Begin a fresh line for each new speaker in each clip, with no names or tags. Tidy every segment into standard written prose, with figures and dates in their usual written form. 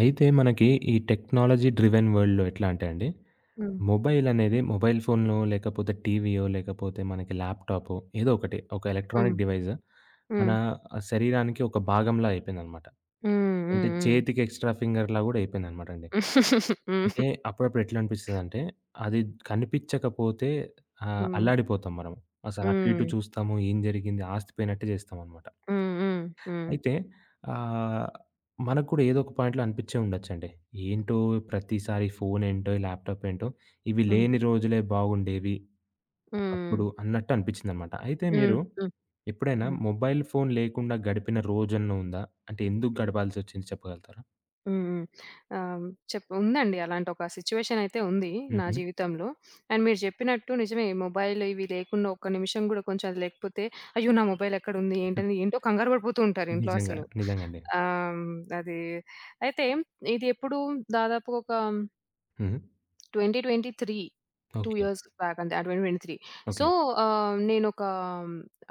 అయితే మనకి ఈ టెక్నాలజీ డ్రివెన్ వరల్డ్‌లో ఎట్లా అంటే అండి,
హ్మ్.
మొబైల్ అనేది మొబైల్ ఫోన్‌లో లేకపోతే టీవీయో, లేకపోతే మనకి ల్యాప్‌టాపో ఏదో ఒకటి ఒక
హ్మ్.
ఎలక్ట్రానిక్ డివైస్ మన
హ్మ్.
శరీరానికి ఒక భాగంలా అయిపోయిందనమాట.
హ్మ్.
అంటే
హ్మ్. హ్మ్.
చేతికి ఎక్స్ట్రా ఫింగర్‌లా గూడా అయిపోయిందనమాట అండి. అంటే అప్పుడప్పుడు ఎట్లా అనిపిస్తదంటే, అది కనిపించకపోతే
హ్మ్.
అల్లాడిపోతాం మనం. అసలు అటు ఇటు
హ్మ్.
చూస్తాము ఏం జరిగింది ఆస్తిపోయినట్టే చేస్తామనమాట.
హ్మ్. హ్మ్. హ్మ్. హ్మ్.
అయితే ఆహ్, మనకు కూడా ఏదో ఒక పాయింట్‌లో అనిపించే ఉండొచ్చండి. ఏంటో ప్రతిసారి ఫోనేంటో, ల్యాప్‌టాప్ ఏంటో ఇవి
హ్మ్.
లేని రోజులే బాగుండేవి
హ్మ్.
ఒకప్పుడు అన్నట్టు అనిపించిందనమాట. అయితే
హ్మ్.
మీరు
హ్మ్.
ఎప్పుడైనా
హ్మ్.
మొబైల్ ఫోన్ లేకుండా గడిపిన రోజన్నా ఉందా? అంటే ఎందుకు గడపాల్సొచ్చింది చెప్పగలుగుతారా?
హ్మ్. ఆహ్, చెప్పు ఉందండి అలాంటి ఒక సిట్యుయేషన్ అయితే ఉంది నా
హుహు.
జీవితంలో. అండ్ మీరు చెప్పినట్టు నిజమే, మొబైల్ ఇవి లేకుండా ఒక్క నిమిషం గూడా, కొంచెం అది లేకపోతే అయ్యో నా మొబైల్ ఎక్కడుంది ఏంటని ఏంటో కంగారు పడిపోతూ ఉంటారు ఇంట్లో
నిజంగా.
అసలు.
నిజంగా అండి.
ఆహ్, అది అయితే ఇది ఎప్పుడు దాదాపు ఒక
హ్మ్.
2023, 2
ఓకే.
ఇయర్స్ బ్యాక్ అంతే. ఆ, 2023. So,
okay.
నేనొక,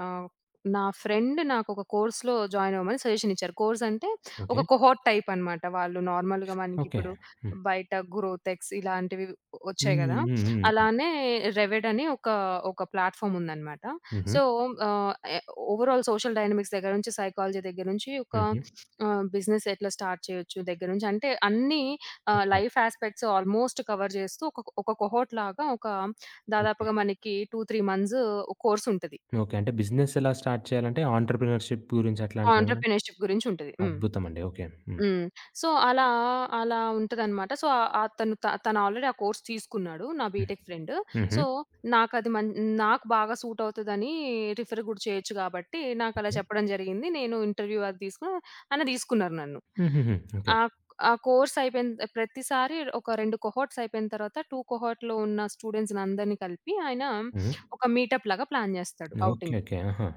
ఆహ్, నా ఫ్రెండ్ నాకొక కోర్స్‌లో జాయిన్ అవ్వమని సజెషన్ ఇచ్చారు. కోర్స్ అంటే
ఓకే.
ఒక కొహోర్ట్ టైప్ అనమాట. వాళ్ళు నార్మల్‌గా
ఓకే.
మనకిప్పుడు
హ్మ్.
బయట గ్రోతెక్స్ ఇలాంటివి వచ్చాయి
హ్మ్.
గదా.
హ్మ్. హ్మ్.
అలానే రెవెడ్ అని ఒక, ఒక ప్లాట్‌ఫామ్ ఉందనమాట.
హుహు.
సో, ఆహ్, ఎ ఓవరాల్ సోషల్ డైనమిక్స్ దగ్గర నుంచి, సైకాలజీ దగ్గర నుంచి, ఒక
హుహు.
బిజినెస్ ఎట్లా స్టార్ట్ చేయొచ్చు దగ్గర నుంచి అంటే అన్నీ
okay.
Life aspects almost cover చేస్తూ ఒక ఒక కోహోర్ట్ లాగా ఒక
ఓకే.
దాదాపుగా మనకి 2, 3 మంత్స్ కోర్స్ ఉంటది.
ఓకే. అంటే బిజినెస్ ఎలా స్టార్ట్ చేయాలంటే ఆంటర్‌ప్రిన్యూర్‌షిప్ గురించి అట్లాంటివేమన్నా
ఆంటర్‌ప్రెన్యూర్‌షిప్ గురించి ఉంటది. హ్మ్.
అద్భుతమండి. ఓకే. హ్మ్.
హ్మ్. సో, అలా అలా ఉంటదనమాట. సో, తను ఆల్రెడీ ఆ కోర్స్ తీసుకున్నాడు నా
హ్మ్.
BTech friend.
హుహు.
సో, నాకది మన్ నాకు బాగా సూట్ అవుతదని, రిఫర్ గూడా చేయొచ్చు గాబట్టి నాకలా
ఓకే.
చెప్పడం జరిగింది. నేను ఇంటర్వ్యూ అది తీసుకుని ఆయన తీసుకున్నారు నన్ను.
హుహుహు. ఓకే.
ఆ ఆ కోర్స్ అయిపోయిన ప్రతిసారి ఒక 2 కొహోర్ట్స్ అయిపోయిన తర్వాత, 2 కొహోర్ట్‌లో ఉన్న స్టూడెంట్స్‌ని అందరిని కలిపి ఆయన
హ్మ్.
ఒక మీటప్ లాగా ప్లాన్ జేస్తాడు
ఓకే.
ఔటింగ్‌కి.
ఓకే. ఆహా!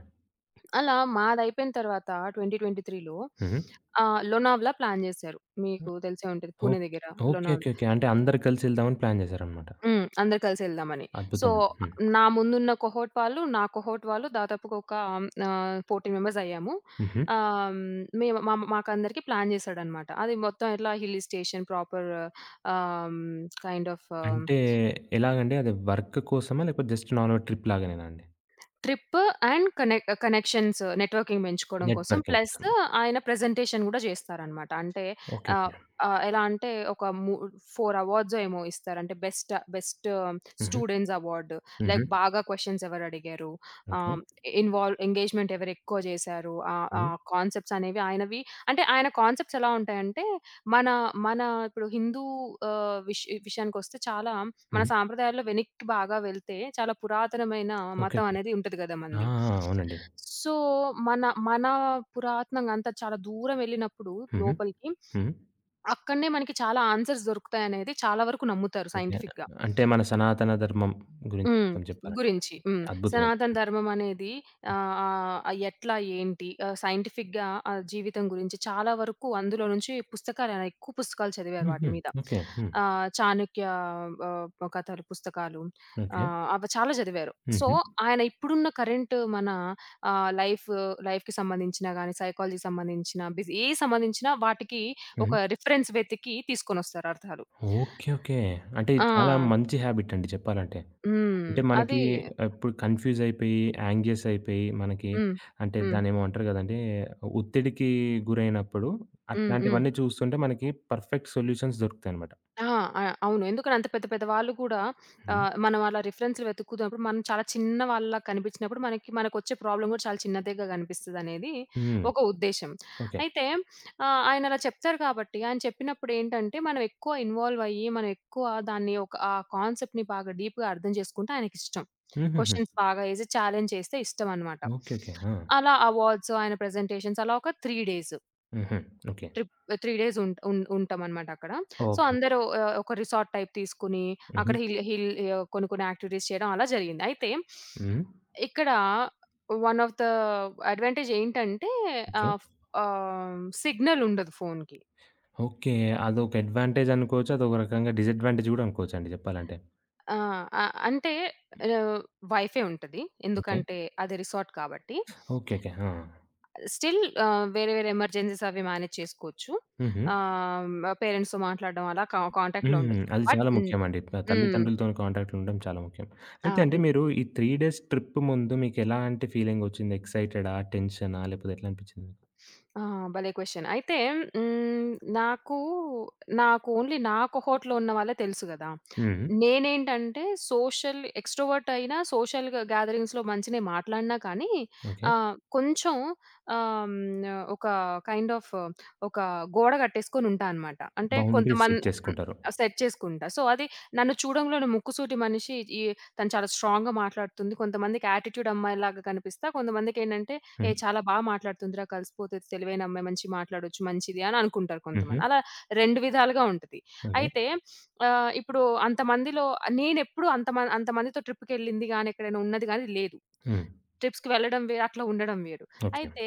అలా మాదయిపోయిన తర్వాత 2023లో
హ్మ్.
లోనావలా ప్లాన్ జేశారు. మీకు తెలిసే ఉంటది
ఓహ్!
పూణే దగ్గర
ఓకే.
లోనావలా.
ఓకే. ఓకే. అంటే అందరూ కలిసి వెళ్దామని ప్లాన్ చేశారనమాట.
హ్మ్, అందరూ కలిసెళ్దామని. సో,
అద్భుతమండి. హ్మ్.
నా ముందున్న కొహోర్ట్ వాళ్ళు, నా కొహోర్ట్ వాళ్ళు దాదాపుగా ఒక 14 మెంబర్స్ అయ్యాము.
హుహు.
మేము మా మాకందరికీ ప్లాన్ జేశాడనమాట. అది మొత్తం ఎట్లా హిల్ స్టేషన్ ప్రాపర్ ఆహ్, హ్మ్, కైండ్ ఆఫ్
అంటే ఎలాగండి? అది వర్క్ కోసమా? లేకపోతే జస్ట్ నార్మల్ ట్రిప్ లాగానేనా అండి?
ట్రిప్ అండ్ కనెక్షన్స్ నెట్వర్కింగ్ పెంచుకోవడం కోసం.
నెట్‌వర్కింగ్
ప్లస్
కోసం.
ఆయన ప్రెజెంటేషన్ గూడా చేస్తారనమాట. అంటే
ఓకే.
ఆహ్,
ఓకే.
ఆహ్, ఎలా అంటే ఒక ము 4 అవార్డ్సో ఏమో ఇస్తారు. అంటే బెస్ట్ బెస్ట్
హుహు.
స్టూడెంట్స్ అవార్డ్,
హుహు.
లైక్ బాగా క్వెషన్స్ ఎవరు అడిగారు,
ఓకే.
ఆహ్, ఇన్వాల్వ్ ఎంగేజ్‌మెంట్ ఎవరు ఎక్కువ చేశారు. ఆహ్,
హ్మ్.
ఆహ్, కాన్సెప్ట్స్ అనేవి ఆయనవి, అంటే ఆయన కాన్సెప్ట్స్ ఎలా ఉంటాయంటే మన మన ఇప్పుడు హిందూ ఆహ్, విష్ విషయానికొస్తే చాలా మన
హ్మ్.
సాంప్రదాయాల్లో వెనక్కి బాగా వెళ్తే చాలా పురాతనమైన
ఓకే.
మతం
ఓకే.
అనేది ఉంటది కదా
ఆ!
మనది.
ఆ! అవునండి.
సో, మన మన పురాతనంగా అంతా చాలా దూరం వెళ్ళినప్పుడు
హుహు.
లోపలికి,
హ్మ్.
అక్కడనే మనకి చాలా ఆన్సర్స్ దొరుకుతాయనేది చాలా వరకు నమ్ముతారు
ఓకే.
సైంటిఫిక్‌గా.
అంటే మన సనాతన ధర్మం గురించి
హ్మ్,
మొత్తం చెప్పారండి.
గురించి. హ్మ్.
అద్భుతమండి.
సనాతన ధర్మం అనేది ఆహ్, ఆహ్, ఎట్లా, ఏంటి ఆహ్, సైంటిఫిక్‌గా ఆ జీవితం గురించి చాలా వరకు అందులో నుంచి పుస్తకాలు, ఎక్కువ పుస్తకాలు చదివారు వాటి
హుహు.
మీద.
ఓకే. హ్మ్.
చాణక్య కథలు, పుస్తకాలు,
ఓకే.
అవి చాలా చదివారు. సో,
హుహు.
ఆయన ఇప్పుడున్న కరెంట్ మన ఆహ్, లైఫ్ లైఫ్‌కి సంబంధించిన గాని, సైకాలజీకి సంబంధించిన బిజ్ ఏ సంబంధించిన వాటికి ఒక
హ్మ్.
రిఫరెన్స్ వెతికి తీసుకొనొస్తారు అర్థాలు.
ఓకే. ఓకే. అంటే ఇది చాలా
ఆ,
మంచి హాబిట్ అండి చెప్పాలంటే.
హ్మ్,
అంటే
అది
మనకి ఇప్పుడు కన్‌ఫ్యూజ్ అయిపోయి, యాంగ్జియస్ అయిపోయి మనకి
హ్మ్.
అంటే
హ్మ్.
దాన్నేమో అంటారు గదండీ! ఒత్తిడికి గురైనప్పుడు
హ్మ్. హ్మ్.
అట్లాంటివన్నీ చూస్తుంటే మనకి పర్ఫెక్ట్ సొల్యూషన్స్ దొరుకుతాయన్నమాట.
ఆ, ఆ, అవును. ఎందుకని అంత పెద్ద పెద్ద వాళ్ళు కూడా
హ్మ్.
మనం అలా రిఫరెన్స్‌లు వెతుకుతున్నప్పుడు మనం చాలా చిన్న వాళ్ళలా కనిపించినప్పుడు మనకొచ్చే ప్రాబ్లమ్ కూడా చాలా చిన్నదిగా కనిపిస్తదనేది
హ్మ్.
ఒక ఉద్దేశ్యం.
ఓకే.
అయితే ఆయన అలా చెప్తారు కాబట్టి ఆయన చెప్పినప్పుడు ఏంటంటే మనం ఎక్కువ ఇన్వాల్వ్ అయ్యి మనం ఎక్కువ దాన్ని ఒక ఆ కాన్సెప్ట్‌ని బాగా డీప్‌గా అర్థం చేసుకుంటే ఆయనకిష్టం.
హుహుహు.
క్వెషన్స్ బాగా ఏసి ఛాలెంజ్ చేస్తే ఇష్టమనమాట.
ఓకే. ఓకే. ఆ!
అలా అవార్డ్స్, ఆయన ప్రెజెంటేషన్స్ అలా ఒక 3 డేస్.
హుహు. ఓకే.
ట్రిప్ 3 డేస్ ఉంట్ ఉం ఉంటామనమాట అక్కడ. So,
okay. ఓకే.
అందరూ ఒక రిసార్ట్ టైప్ తీసుకొని
హుహు.
అక్కడ హిల్ హిల్ కొన్ని కొన్ని యాక్టివిటీస్ చేయడం అలా జరిగింది. అయితే
హ్మ్.
ఇక్కడ వన్ ఆఫ్ ద అడ్వాంటేజ్ ఏంటంటే
ఓకే.
ఆహ్, ఫ్ సిగ్నల్ ఉండదు ఫోన్‌కి.
ఓకే. అదొక అడ్వాంటేజ్ అనుకోవచ్చు. అదొక రకంగా డిసడ్వాంటేజ్ గూడా అనుకోవచ్చండి చెప్పాలంటే.
ఆ! అ అంటే ఆహ్, వైఫై ఉంటది.
ఓకే.
ఎందుకంటే అది రిసార్ట్ కాబట్టి.
ఓకే. ఓకే. ఆ!
స్టిల్ వేరే వేరే ఎమర్జెన్సీస్ అవి మేనేజ్ చేసుకోవచ్చు.
హుహు.
ఆహ్, పేరెంట్స్‌తో మాట్లాడడం అలా కాంటాక్ట్‌లో
హ్మ్.
ఉండొచ్చు.
అది
బట్
చాలా
హ్మ్.
ముఖ్యమండి.
హ్మ్.
తల్లిదండ్రులతోని కాంటాక్ట్‌లో ఉండడం చాలా ముఖ్యం.
ఆ.
అయితే అండి
హ్మ్.
మీరు ఈ 3 డేస్ ట్రిప్ ముందు మీకెలాంటి ఫీలింగొచ్చింది? ఎక్సైటెడా? టెన్షనా? లేపోతే ఎట్లా అనిపిచ్చింది మీకు?
ఆ, భలే క్వెషన్. అయితే హ్మ్, నాకు, నాకు ఓన్లీ నా కొహోర్ట్‌లో ఉన్న వాళ్ళే తెలుసు గదా.
హ్మ్.
నేనేంటంటే సోషల్ ఎక్స్‌ట్రోవర్ట్ అయినా, సోషల్‌గా గ్యాదరింగ్స్‌లో మంచినే మాట్లాడినా కానీ
ఓకే.
కొంచెం ఆహ్, హ్మ్, ఒక కైండ్ ఆఫ్ ఒక గోడ కట్టేసుకొని ఉంటా అన్నమాట. అంటే
బౌండరీస్
కొంతమంది
సెట్
హ్మ్,
చేసుకుంటారు.
సెట్ చేసుకుంటా. సో, అది నన్ను చూడంలోనే ముక్కుసూటి మనిషి, తను చాలా స్ట్రాంగ్‌గా మాట్లాడుతుంది, కొంతమందికి యాటిట్యూడ్ అమ్మాయిలాగా కనిపిస్తా. కొంతమందికేంటంటే ఏ
హ్మ్.
చాలా బా మాట్లాడుతుందిరా, కలిసిపోతది, తెలివైన అమ్మాయి, మంచిగా మాట్లాడొచ్చు, మంచిది అని అనుకుంటారు
హుహు.
కొంతమంది. అలా 2 విధాలుగా ఉంటది.
ఓకే.
అయితే ఇప్పుడు అంతమందిలో నేనెప్పుడు అంతమందితో ట్రిప్‌కెళ్ళింది గాని, ఎక్కడైనా ఉన్నది గాని లేదు.
హ్మ్.
ట్రిప్స్‌కి వెళ్ళడం వేరు, అట్లా ఉండడం వేరు.
ఓకే.
అయితే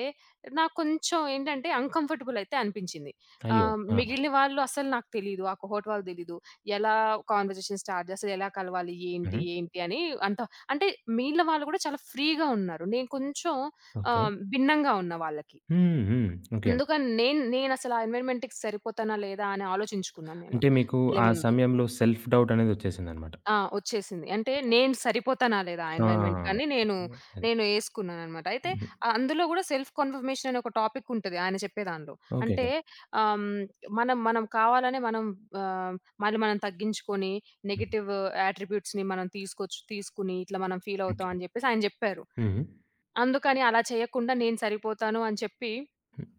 నాకు కొంచెం ఏంటంటే అన్‌కంఫర్టబుల్ అయితే అనిపించింది.
అయ్యో! ఆ!
మిగిలిన వాళ్ళు అసలు నాకు తెలీదు, ఆ కోహోర్ట్ వాళ్ళు తెలీదు. ఎలా కాన్వర్జేషన్ స్టార్ట్ చేస్తారు? ఎలా కలవాలి?
హుహు.
ఏంటి? ఏంటి? అని, అంత అంటే మిగిలిన వాళ్ళు కూడా చాలా ఫ్రీగా ఉన్నారు. నేను కొంచెం
ఓకే.
భిన్నంగా ఉన్న వాళ్ళకి.
హ్మ్. హ్మ్. ఓకే.
అందుకని నేనసలు ఆ ఎన్విరాన్మెంట్‌కి సరిపోతానా లేదా అని ఆలోచించుకున్నాను నేను
అంటే మీకు
ఎళ్ళే
ఆ
ముందు.
సమయంలో సెల్ఫ్ డౌట్ అనేదొచ్చేసిందనమాట.
ఆ, వచ్చేసింది. అంటే నేను సరిపోతానా లేదా ఆ
ఆ!
ఎన్విరాన్మెంట్‌కని నేను,
అదే.
నేను ఏసుకున్నాననమాట. అయితే ఆ అందులో గూడా సెల్ఫ్ కన్ఫర్మేషన్ అనే ఒక టాపిక్ ఉంటది ఆయన చెప్పే దానిలో.
ఓకే.
అంటే
ఓకే.
ఆహ్, హ్మ్, మనం మనం కావాలనే మనం ఆహ్, మళ్ళీ మనం తగ్గించుకొని
హ్మ్.
నెగెటివ్ యాట్రిబ్యూట్స్‌ని మనం తీసుకొని ఇట్లా మనం ఫీల్
ఓకే.
అవుతాం అని జెప్పేసి ఆయన జెప్పారు.
హ్మ్.
అందుకని అలా చేయకుండా నేను సరిపోతాను అని చెప్పి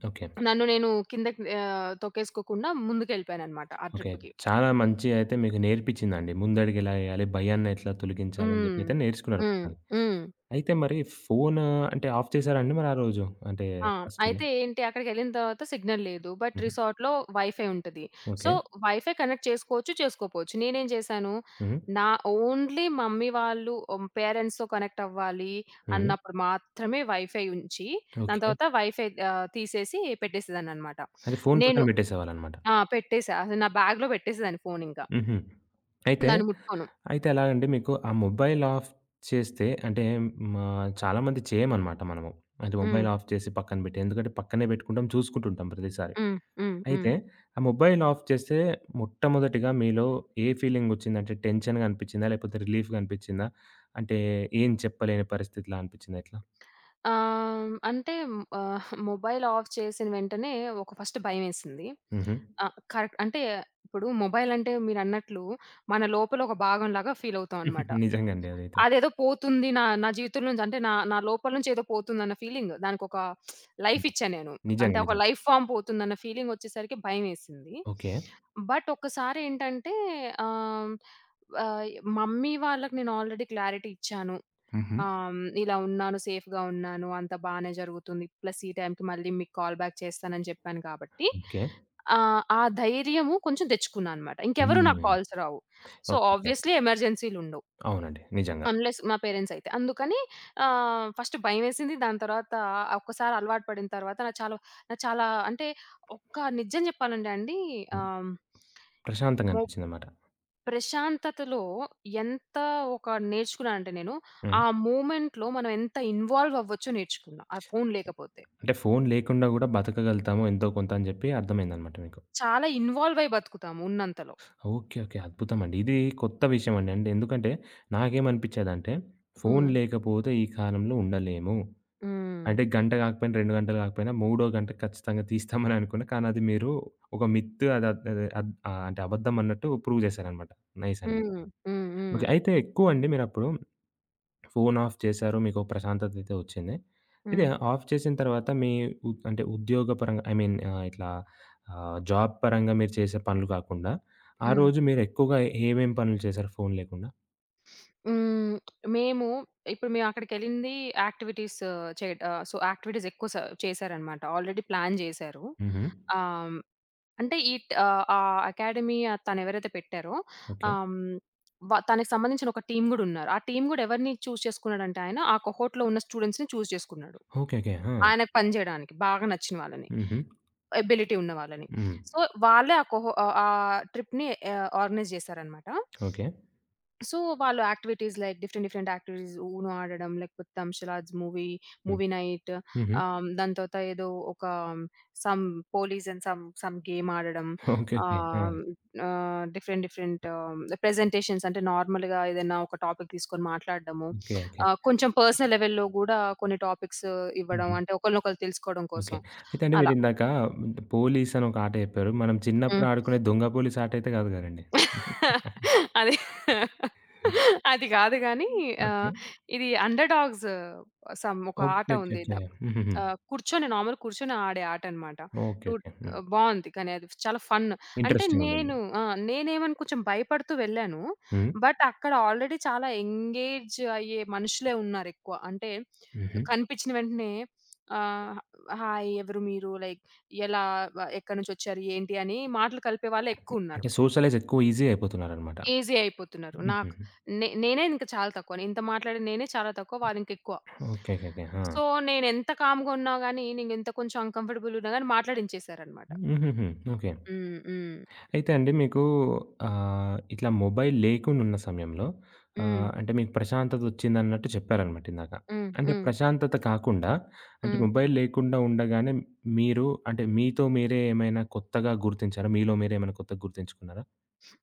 ఓకే.
నన్ను నేను కిందకి తొక్కేసుకోకుండా ముందుకెళ్ళిపోయాననమాట ఆ
ఓకే.
ట్రిప్‌కి.
చాలా మంచి అయితే మీకు నేర్పించిందండి. ముందడుగెలా ఎయాలి, భయాన్ని ఎట్లా తొలగించాలని జెప్పి
హ్మ్.
అయితే నేర్చుకున్నారు
హ్మ్.
మొత్తానికి.
హ్మ్.
అయితే మరి ఫోను అంటే ఆఫ్ చేసారా అండి మరి ఆ రోజు? అంటే
ఆ,
ఫస్ట్ డే.
అయితే ఏంటి, అక్కడికెళ్ళిన తర్వాత సిగ్నల్ లేదు. బట్
హుహు.
రిసార్ట్‌లో వైఫై ఉంటది. So,
okay.
వైఫై కనెక్ట్ చేసుకోవచ్చు, చేసుకోపోవచ్చు. నేనేం చేశాను,
హ్మ్.
నా ఓన్లీ మమ్మీ వాళ్ళు హ్మ్, పేరెంట్స్‌తో కనెక్ట్ అవ్వాలి
హ్మ్.
అన్నప్పుడు మాత్రమే వైఫై ఉంచి, దాని
ఓకే.
తర్వాత వైఫై తీసేసి పెట్టేసేదాన్ననమాట.
అయితే ఫోను పక్కన
నేను
పెట్టేసేవాళ్ళనమాట.
ఆ, పెట్టేసా. అసలు నా బ్యాగ్‌లో పెట్టేసేదాన్ని ఫోనింకా.
హుహు. అయితే,
దాన్ని ముట్టుకోను.
అయితే ఎలాగండి మీకు ఆ మొబైల్ ఆఫ్ చేస్తే అంటే మా చాలామంది చేయమనమాట మనము. అంటే
హ్మ్.
మొబైల్ ఆఫ్ చేసి పక్కన పెట్టి ఎందుకంటే పక్కనే పెట్టుకుంటాం చూసుకుంటుంటాం ప్రతిసారి.
హ్మ్. హ్మ్. హ్మ్.
అయితే ఆ మొబైల్ ఆఫ్ చేస్తే మొట్టమొదటిగా మీలో ఏ ఫీలింగొచ్చింది? అంటే టెన్షన్‌గా అనిపిచ్చిందా? లేకపోతే రిలీఫ్‌గా అనిపిచ్చిందా? అంటే ఏం చెప్పలేని పరిస్థితిలా అనిపిచ్చిందా? ఎట్లా?
అంటే మొబైల్ ఆఫ్ చేసిన వెంటనే ఒక ఫస్ట్ భయమేసింది.
హుహు.
ఆ, కరెక్ట్. అంటే ఇప్పుడు మొబైల్ అంటే మీరన్నట్లు మన లోపల ఒక భాగంలాగా ఫీల్ అవుతాం అన్నమాట.
నిజంగా అండి అదైతే.
అదేదో పోతుంది నా నా జీవితం నుంచి అంటే నా నా లోపల నుంచి ఏదో పోతుందన్న ఫీలింగ్, దానికొక లైఫ్ ఇచ్చా నేను.
నిజంగా.
అంటే ఒక
నిజంగా.
లైఫ్ ఫార్మ్ పోతుందన్న ఫీలింగ్ వచ్చేసరికి భయమేసింది.
ఓకే.
బట్ ఒక్కసారి ఏంటంటే ఆహ్, ఆహ్, మమ్మీ వాళ్ళకి నేను ఆల్రెడీ క్లారిటీ ఇచ్చాను.
హుహు.
ఆహ్, హ్మ్. ఇలా ఉన్నాను, సేఫ్‌గా ఉన్నాను, అంతా బానే జరుగుతుంది, ప్లస్ ఈ టైంకి మళ్ళీ మీకు కాల్ బ్యాక్ చేస్తానని చెప్పాను కాబట్టి,
ఓకే.
ఆ ధైర్యము కొంచెం తెచ్చుకున్నా అనమాట. ఇంకెవరు నాకు
హ్మ్.
కాల్స్ రావు. సో,
ఓకేకే.
ఆబ్వియస్‌లీ ఎమర్జెన్సీలుండవు.
అవునండి. నిజంగా.
అన్‌లెస్ మా పేరెంట్స్ అయితే. అందుకని ఫస్ట్ భయమేసింది. దాని తర్వాత ఒక్కసారి అలవాటు పడిన తర్వాత నాకు చాలా, నాకు చాలా అంటే ఒక్క నిజం చెప్పాలంటే అండి,
హ్మ్.
ఆహ్,
ప్రశాంతంగా
మొ
అనిపిచ్చిందనమాట.
ప్రశాంతతలో ఎంత ఒక నేర్చుకున్నా అంటే నేను, ఆ
హ్మ్.
మూమెంట్‌లో మనం ఎంత ఇన్వాల్వ్ అవ్వచ్చో నేర్చుకున్నా, ఆ ఫోను లేకపోతే.
అంటే ఫోను లేకుండా గూడా బతకగలుగుతాము ఎంతో కొంత అని జెప్పి అర్థమైందనమాట మీకు.
చాలా ఇన్వాల్వ్ అయి బతుకుతాము ఉన్నంతలో.
ఓకే. ఓకే. అద్భుతమండి. ఇది కొత్త విషయమండి. అంటే ఎందుకంటే నాకేమనిపిచ్చేదంటే ఫోను
హ్మ్.
లేకపోతే ఈ కాలంలో ఉండలేము.
హ్మ్.
అంటే గంట గాకపోయినా, 2 గంటలు గాకపోయినా మూడో గంట ఖచ్చితంగా తీస్తామని అనుకున్నా. కానీ అది మీరు ఒక మిత్ అది అద్ అద్ ఆహ్, అంటే అబద్ధమన్నట్టు ప్రూవ్ జేశారనమాట. నైస్ అండి.
హ్మ్. హ్మ్. హ్మ్.
ఓకే. అయితే ఎక్కువండి మీరప్పుడు ఫోన్ ఆఫ్ చేశారు. మీకో ప్రశాంతతయితే ఒచ్చింది. ఇది
హ్మ్.
ఆఫ్ చేసిన తర్వాత మీ అంటే ఉద్యోగపరంగా ఐ మీన్ ఇట్లా జాబ్ పరంగా మీరు చేసే పనులు కాకుండా, ఆ
హ్మ్.
రోజు మీరెక్కువగా ఏమేం పనులు చేశారు ఫోన్ లేకుండా?
హ్మ్. మేము ఇప్పుడు మేము అక్కడికెళ్ళింది యాక్టివిటీస్ సో, యాక్టివిటీస్ ఎక్కువ స చేశారనమాట. ఆల్రెడీ ప్లాన్ జేశారు.
హుహు.
ఆహ్ అంటే ఈ ట్ ఆహ్, ఆ అకాడమీ తనెవరైతే పెట్టారో,
ఓకే.
ఆహ్, హ్మ్. వ తనకి సంబంధించిన ఒక టీమ్ గూడా ఉన్నారు. ఆ టీమ్ గూడా ఎవరిని చూజ్ చేసుకున్నాడంటే ఆయన, ఆ కోహోర్ట్‌లో ఉన్న స్టూడెంట్స్‌ని చూజ్ చేసుకున్నాడు.
ఓకే. ఓకే. ఆ!
ఆయనకు పని జేయడానికి బాగా నచ్చిన వాళ్ళని,
హుహు.
ఎబిలిటీ ఉన్న వాళ్ళని.
హ్మ్.
సో, వాళ్ళే ఆ ట్రిప్‌ని ఆర్గనైజ్ జేశారనమాట.
ఓకే.
సో, వాళ్ళు activities, like different different activities, Uno ఆడడం, లేకపోతే తంషలాజ్ మూవీ,
హ్మ్.
మూవీ నైట్,
హుహు.
దాని తర్వాత ఏదో ఒక some police and some some game ఆడడం.
ఓకే. ఓకే. ఆ!
ఆహ్, ఆహ్, డిఫరెంట్ డిఫరెంట్ ప్రెజెంటేషన్స్, అంటే నార్మల్‌గా ఏదైనా ఒక టాపిక్ తీసుకొని మాట్లాడడము.
ఓకే. ఓకే.
కొంచెం పర్సనల్ లెవెల్‌లో గూడా కొన్ని టాపిక్స్ ఇవ్వడం,
హుహు.
అంటే ఒకళ్ళనొకళ్ళు తెలుసుకోవడం
ఓకే.
కోసం
అయితే అండి
అలా.
మీరిందాక పోలీస్ అని ఒక ఆట చెప్పారు. మనం చిన్నప్పుడు
హ్మ్.
ఆడుకునే దొంగ పోలీస్ ఆటయితే కాదు కదండీ!
అది అది కాదు గానీ
ఓకే.
ఆహ్, ఇది అండర్ డాగ్స్, సమ్ ఒక
ఓకే.
ఆట
ఓకే.
ఉంది.
ఓకే. హుహుహు.
కూర్చొని, నార్మల్ కూర్చొని ఆడే ఆటనమాట.
ఓకే.
Two
okay. హ్మ్.
బావుంది కానీ అది చాలా ఫన్. అంటే
ఇంట్రెస్టింగుండింది.
నేను ఆ, నేనేమని కొంచెం భయపడుతూ వెళ్ళాను.
హ్మ్.
బట్ అక్కడ ఆల్రెడీ చాలా ఎంగేజ్ అయ్యే మనుషులే ఉన్నారెక్కువ. అంటే
హుహు.
కనిపించిన వెంటనే ఆహ్, హాయ్, ఎవరు మీరు, లైక్ ఎలా, ఎక్కడి నుంచొచ్చారు, ఏంటి, అని మాటలు కలిపే వాళ్ళే ఎక్కువున్నారు.
అంటే సోషలైజ్ ఎక్కువ ఈజీ అయిపోతున్నారనమాట.
ఈజీ అయిపోతున్నారు. నాకు
హుహు.
నేనే ఇంక చాలా తక్కువ, ఇంత మాట్లాడే నేనే చాలా తక్కువ, వారింకెక్కువ.
ఓకే. ఓకే. ఓకే. ఆ!
సో, నేనెంత కామ్‌గా ఉన్నా గాని, నేనెంత కొంచెం అన్‌కంఫర్టబుల్ ఉన్నా గాని మాట్లాడించేసారనమాట.
హుహుహు. ఓకే.
హ్మ్. హ్మ్.
అయితే అండి మీకు ఇట్లా మొబైల్ లేకుండున్న సమయంలో
హ్మ్.
అంటే మీకు ప్రశాంతతొచ్చిందన్నట్టు చెప్పారనమాట ఇందాక.
హ్మ్.
అంటే
హ్మ్.
ప్రశాంతత కాకుండా అంటే
హ్మ్.
మొబైల్ లేకుండా ఉండగానే మీరు అంటే మీతో మీరే ఏమైనా కొత్తగా గుర్తించారా? మీలో మీరే ఏమైనా కొత్తగా గుర్తించుకున్నారా?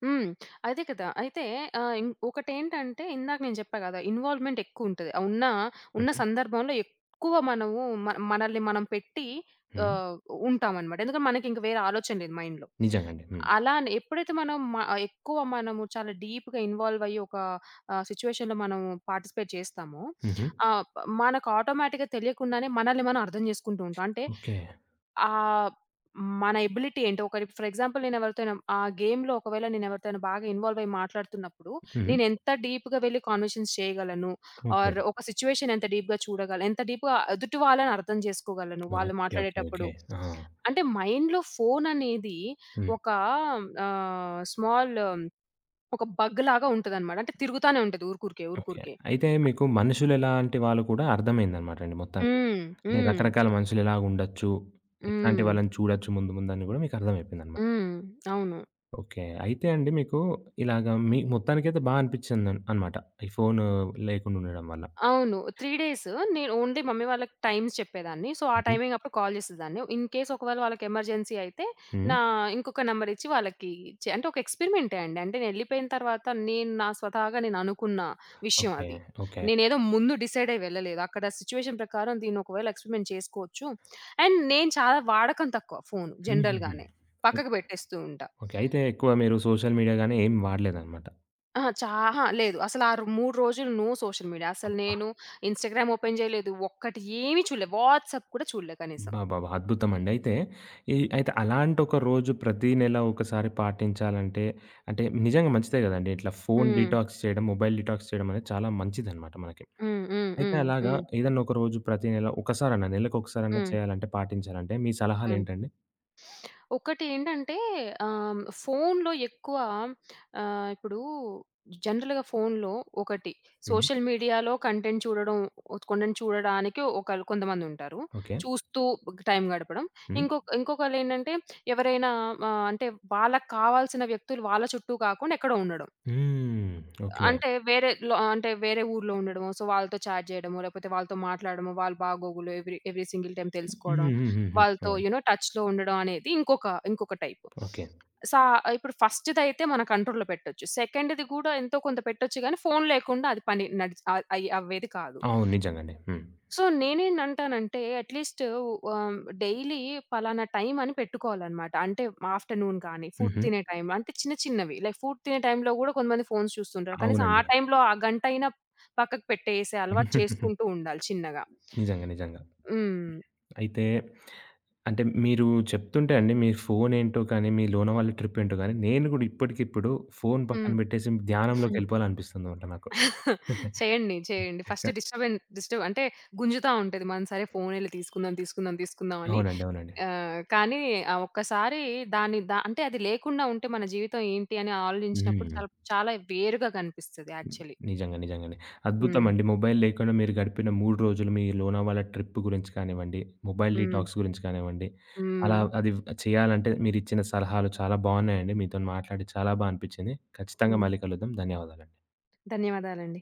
హ్మ్. అదే కదా. అయితే ఆహ్, ఇం ఒకటేంటంటే ఇందాక నేను చెప్పా గదా, ఇన్వాల్వ్‌మెంట్ ఎక్కువుంటది. ఉన్న
హుహు.
సందర్భంలో ఎక్కువ మనము మనల్ని మనం పెట్టి
హ్మ్.
ఆహ్, ఉంటామనమాట. ఎందుకంటే మనకింక వేరే ఆలోచన లేదు మైండ్‌లో.
నిజంగండి. హ్మ్.
అలానే ఎప్పుడైతే మనం మ ఎక్కువ మనము చాలా డీప్‌గా ఇన్వాల్వ్ అయ్యి ఒక సిట్యుయేషన్‌లో మనము పార్టిసిపేట్ చేస్తామో
హుహు.
ఆహ్, మనకు ఆటోమేటిక్‌గా తెలియకుండానే మనల్ని మనం అర్థం చేసుకుంటూ ఉంటాం. అంటే
ఓకే.
ఆహ్, మన ఎబిలిటీ ఏంటో, ఒకరి ఫర్ ఎగ్జాంపుల్ నేను ఎవరితోనైనా ఆ గేమ్‌లో ఒకవేళ నేను ఎవరితోనైనా బాగా ఇన్వాల్వ్ అయ్యి మాట్లాడుతున్నప్పుడు,
హుహు.
నేను ఎంత డీప్‌గా వెళ్లి కాన్వర్సేషన్స్ చేయగలను,
ఓకే.
ఆర్ ఒక సిట్యుయేషన్ ఎంత డీప్‌గా చూడగలను, ఎంత డీప్‌గా ఎదుటి వాళ్ళని అర్థం చేసుకోగలను వాళ్ళు
ఓకే. ఓకే.
మాట్లాడేటప్పుడు.
ఓకే. ఆ!
అంటే మైండ్‌లో ఫోన్ అనేది
హ్మ్.
ఒక ఆహ్, స్మాల్ ఒక బగ్ లాగా ఉంటదన్నమాట. అంటే తిరుగుతానే ఉంటది ఊరుకూరికే,
ఓకే.
ఊరుకూరికే.
అయితే మీకు మనుషులెలాంటి వాళ్ళు కూడా అర్థమైందనమాట అండి మొత్తానికి.
హ్మ్.
అంటే
హ్మ్.
రకరకాల మనుషులెలాగుండొచ్చు, ఎట్లాంటి
హ్మ్.
వాళ్ళని చూడొచ్చు ముందు ముందని గూడా మీకు అర్థమైపోయిందనమాట.
హ్మ్. అవును.
ఓకే. అయితే అండి మీకు ఇలాగ మీ మొత్తానికైతే బా అనిపిచ్చిందన్ అనమాట. ఈ ఫోను లేకుండా ఉండడం వల్ల.
అవును. 3 డేస్ నేను ఓన్లీ మమ్మీ వాళ్ళకి టైమ్స్ చెప్పేదాన్ని. సో, ఆ
హుహు.
టైమింగ్ అప్పుడు కాల్ చేసేదాన్ని. ఇన్ కేస్ ఒకవేళ వాళ్ళకి ఎమర్జెన్సీ అయితే
హ్మ్.
నా ఇంకొక నంబర్ ఇచ్చి వాళ్ళకి అంటే ఒక ఎక్స్‌పెరిమెంటే అండి. అంటే నేనెళ్ళిపోయిన తర్వాత నేను నా స్వతహాగా నేను అనుకున్న విషయం
ఓకే.
అది.
ఓకే.
నేనేదో ముందు డిసైడ్ అయ్యి వెళ్ళలేదు, అక్కడ సిట్యుయేషన్ ప్రకారం దీన్ని ఒకవేళ ఎక్స్‌పెరిమెంట్ చేసుకోవచ్చు. అండ్ నేను చాలా వాడకం తక్కువ ఫోను
హుహుహు.
జనరల్‌గానే. పక్కకు పెట్టేస్తూ ఉంటా.
ఓకే. అయితే ఎక్కువ మీరు సోషల్ మీడియా గాని ఏం వాడలేదనమాట.
అహా, చా అహా! లేదు. అసలు ఆ 3 రోజులు నో సోషల్ మీడియా. అసలు నేను ఇన్‌స్టాగ్రామ్ ఓపెన్ చేయలేదు, ఒక్కటి ఏమి చూడలే, వాట్సాప్ కూడా చూడలే కనీసం.
అబ్బబ్బబ్బా! అద్భుతమండి. అయితే ఈ అయితే అలాంటి ఒక రోజు ప్రతి నెల ఒకసారి పాటించాలంటే అంటే నిజంగా మంచిదే గదండీ! ఇట్లా ఫోను
హ్మ్.
డీటాక్స్ చేయడం, మొబైల్ డీటాక్స్ చేయడం అనేది చాలా మంచిదనమాట మనకి.
హ్మ్. హ్మ్.
అయితే
హ్మ్.
అలాగా
హ్మ్.
ఏదన్నా ఒక రోజు ప్రతి నెల ఒకసారన్నా నెలకొకసారన్నా
హ్మ్.
చేయాలంటే, పాటించాలంటే మీ
హ్మ్.
సలహాలేంటండి?
ఒకటేంటంటే ఫోనులో ఎక్కువ ఇప్పుడు జనరల్‌గా ఫోనులో ఒకటి,
హ్మ్.
సోషల్ మీడియాలో కంటెంట్ చూడడం, కొంటెంట్ చూడడానికి ఒకళ్ళు, కొంతమందుంటారు.
ఓకే.
చూస్తూ టైం గడపడం.
హ్మ్.
ఇంకొకళ్ళేంటంటే ఎవరైనా అంటే వాళ్ళకి కావాల్సిన వ్యక్తులు వాళ్ళ చుట్టూ కాకుండా ఎక్కడో ఉండడం.
హ్మ్. ఓకే.
అంటే వేరే లో అంటే వేరే ఊర్లో ఉండడమో, సో వాళ్ళతో చాట్ చేయడమో, లేకపోతే వాళ్ళతో మాట్లాడడమో, వాళ్ళ బాగోగులు ఎవ్రీ ఎవ్రీ సింగిల్ టైమ్
హ్మ్.
తెలుసుకోవడం,
హ్మ్. హ్మ్. హ్మ్.
వాళ్ళతో
అవునండి.
యూ నో టచ్‌లో ఉండడం అనేది ఇంకొక ఇంకొక టైపు.
ఓకే.
సా ఇప్పుడు ఫస్ట్‌దయితే మన కంట్రోల్‌లో పెట్టొచ్చు. సెకండ్‌ది కూడా ఎంతో కొంత పెట్టొచ్చు గానీ, ఫోను లేకుండా అది పని నడిచి ఆహ్, అయ్యి అవ్వేది కాదు.
అవును. నిజంగండి. హ్మ్.
సో నేనేంటంటానంటే, అట్‌లీస్ట్ ఆహ్, డైలీ పలానా టైం అని పెట్టుకోవాలనమాట. అంటే ఆఫ్టర్‌నూన్ కానీ, ఫుడ్
హుహు.
తినే టైం అంటే చిన్న చిన్నవి. లైక్ ఫుడ్ తినే టైంలో గూడా కొంతమంది ఫోన్స్ చూస్తుంటారు. కనీసం ఆ
అవునండి.
టైంలో ఆ గంటైనా పక్కకు పెట్టేసే అలవాటు చేసుకుంటూ ఉండాలి చిన్నగా.
నిజంగా. నిజంగా.
హ్మ్.
అయితే అంటే మీరు చెప్తుంటే అండి, మీ ఫోనేంటో కానీ, మీ లోనవాల ట్రిప్పేంటో గానీ, నేను గూడా ఇప్పటికిప్పుడు ఫోను
హ్మ్.
పక్కన బెట్టేసి ధ్యానంలోకెళ్ళిపోవాలనిపిస్తుందనమాట నాకు.
చేయండి. చేయండి. ఫస్ట్
క
డిస్టర్బెన్ డిస్టర్బ్ అంటే గుంజుతా ఉంటది. మన సరే ఫోన్ ఎళ్లి తీసుకుందాం, తీసుకుందాం, తీసుకుందాం అని.
అవునండి. అవునండి.
కానీ ఆ ఒక్కసారి దాని దా అంటే అది లేకుండా ఉంటే మన జీవితం ఏంటి అని ఆలోచించినప్పుడు
హ్మ్.
చాలా చాలా వేరుగా కనిపిస్తది యాక్చువల్లీ.
నిజంగా. నిజంగండి.
హ్మ్.
అద్భుతమండి. మొబైల్ లేకుండా మీరు గడిపిన 3 రోజులు మీ లోనావాల ట్రిప్ గురించి కానివ్వండి, మొబైల్
హ్మ్.
డీటాక్స్ గురించి కానివ్వండి, అలా
హ్మ్.
అది చేయాలంటే మీరిచ్చిన సలహాలు చాలా బావున్నాయండి. మీతోని మాట్లాడి చాలా బా అనిపిచ్చింది. ఖచ్చితంగా
హ్మ్.
మళ్ళీ కలుద్దాం. ధన్యవాదాలండి.
ధన్యవాదాలండి.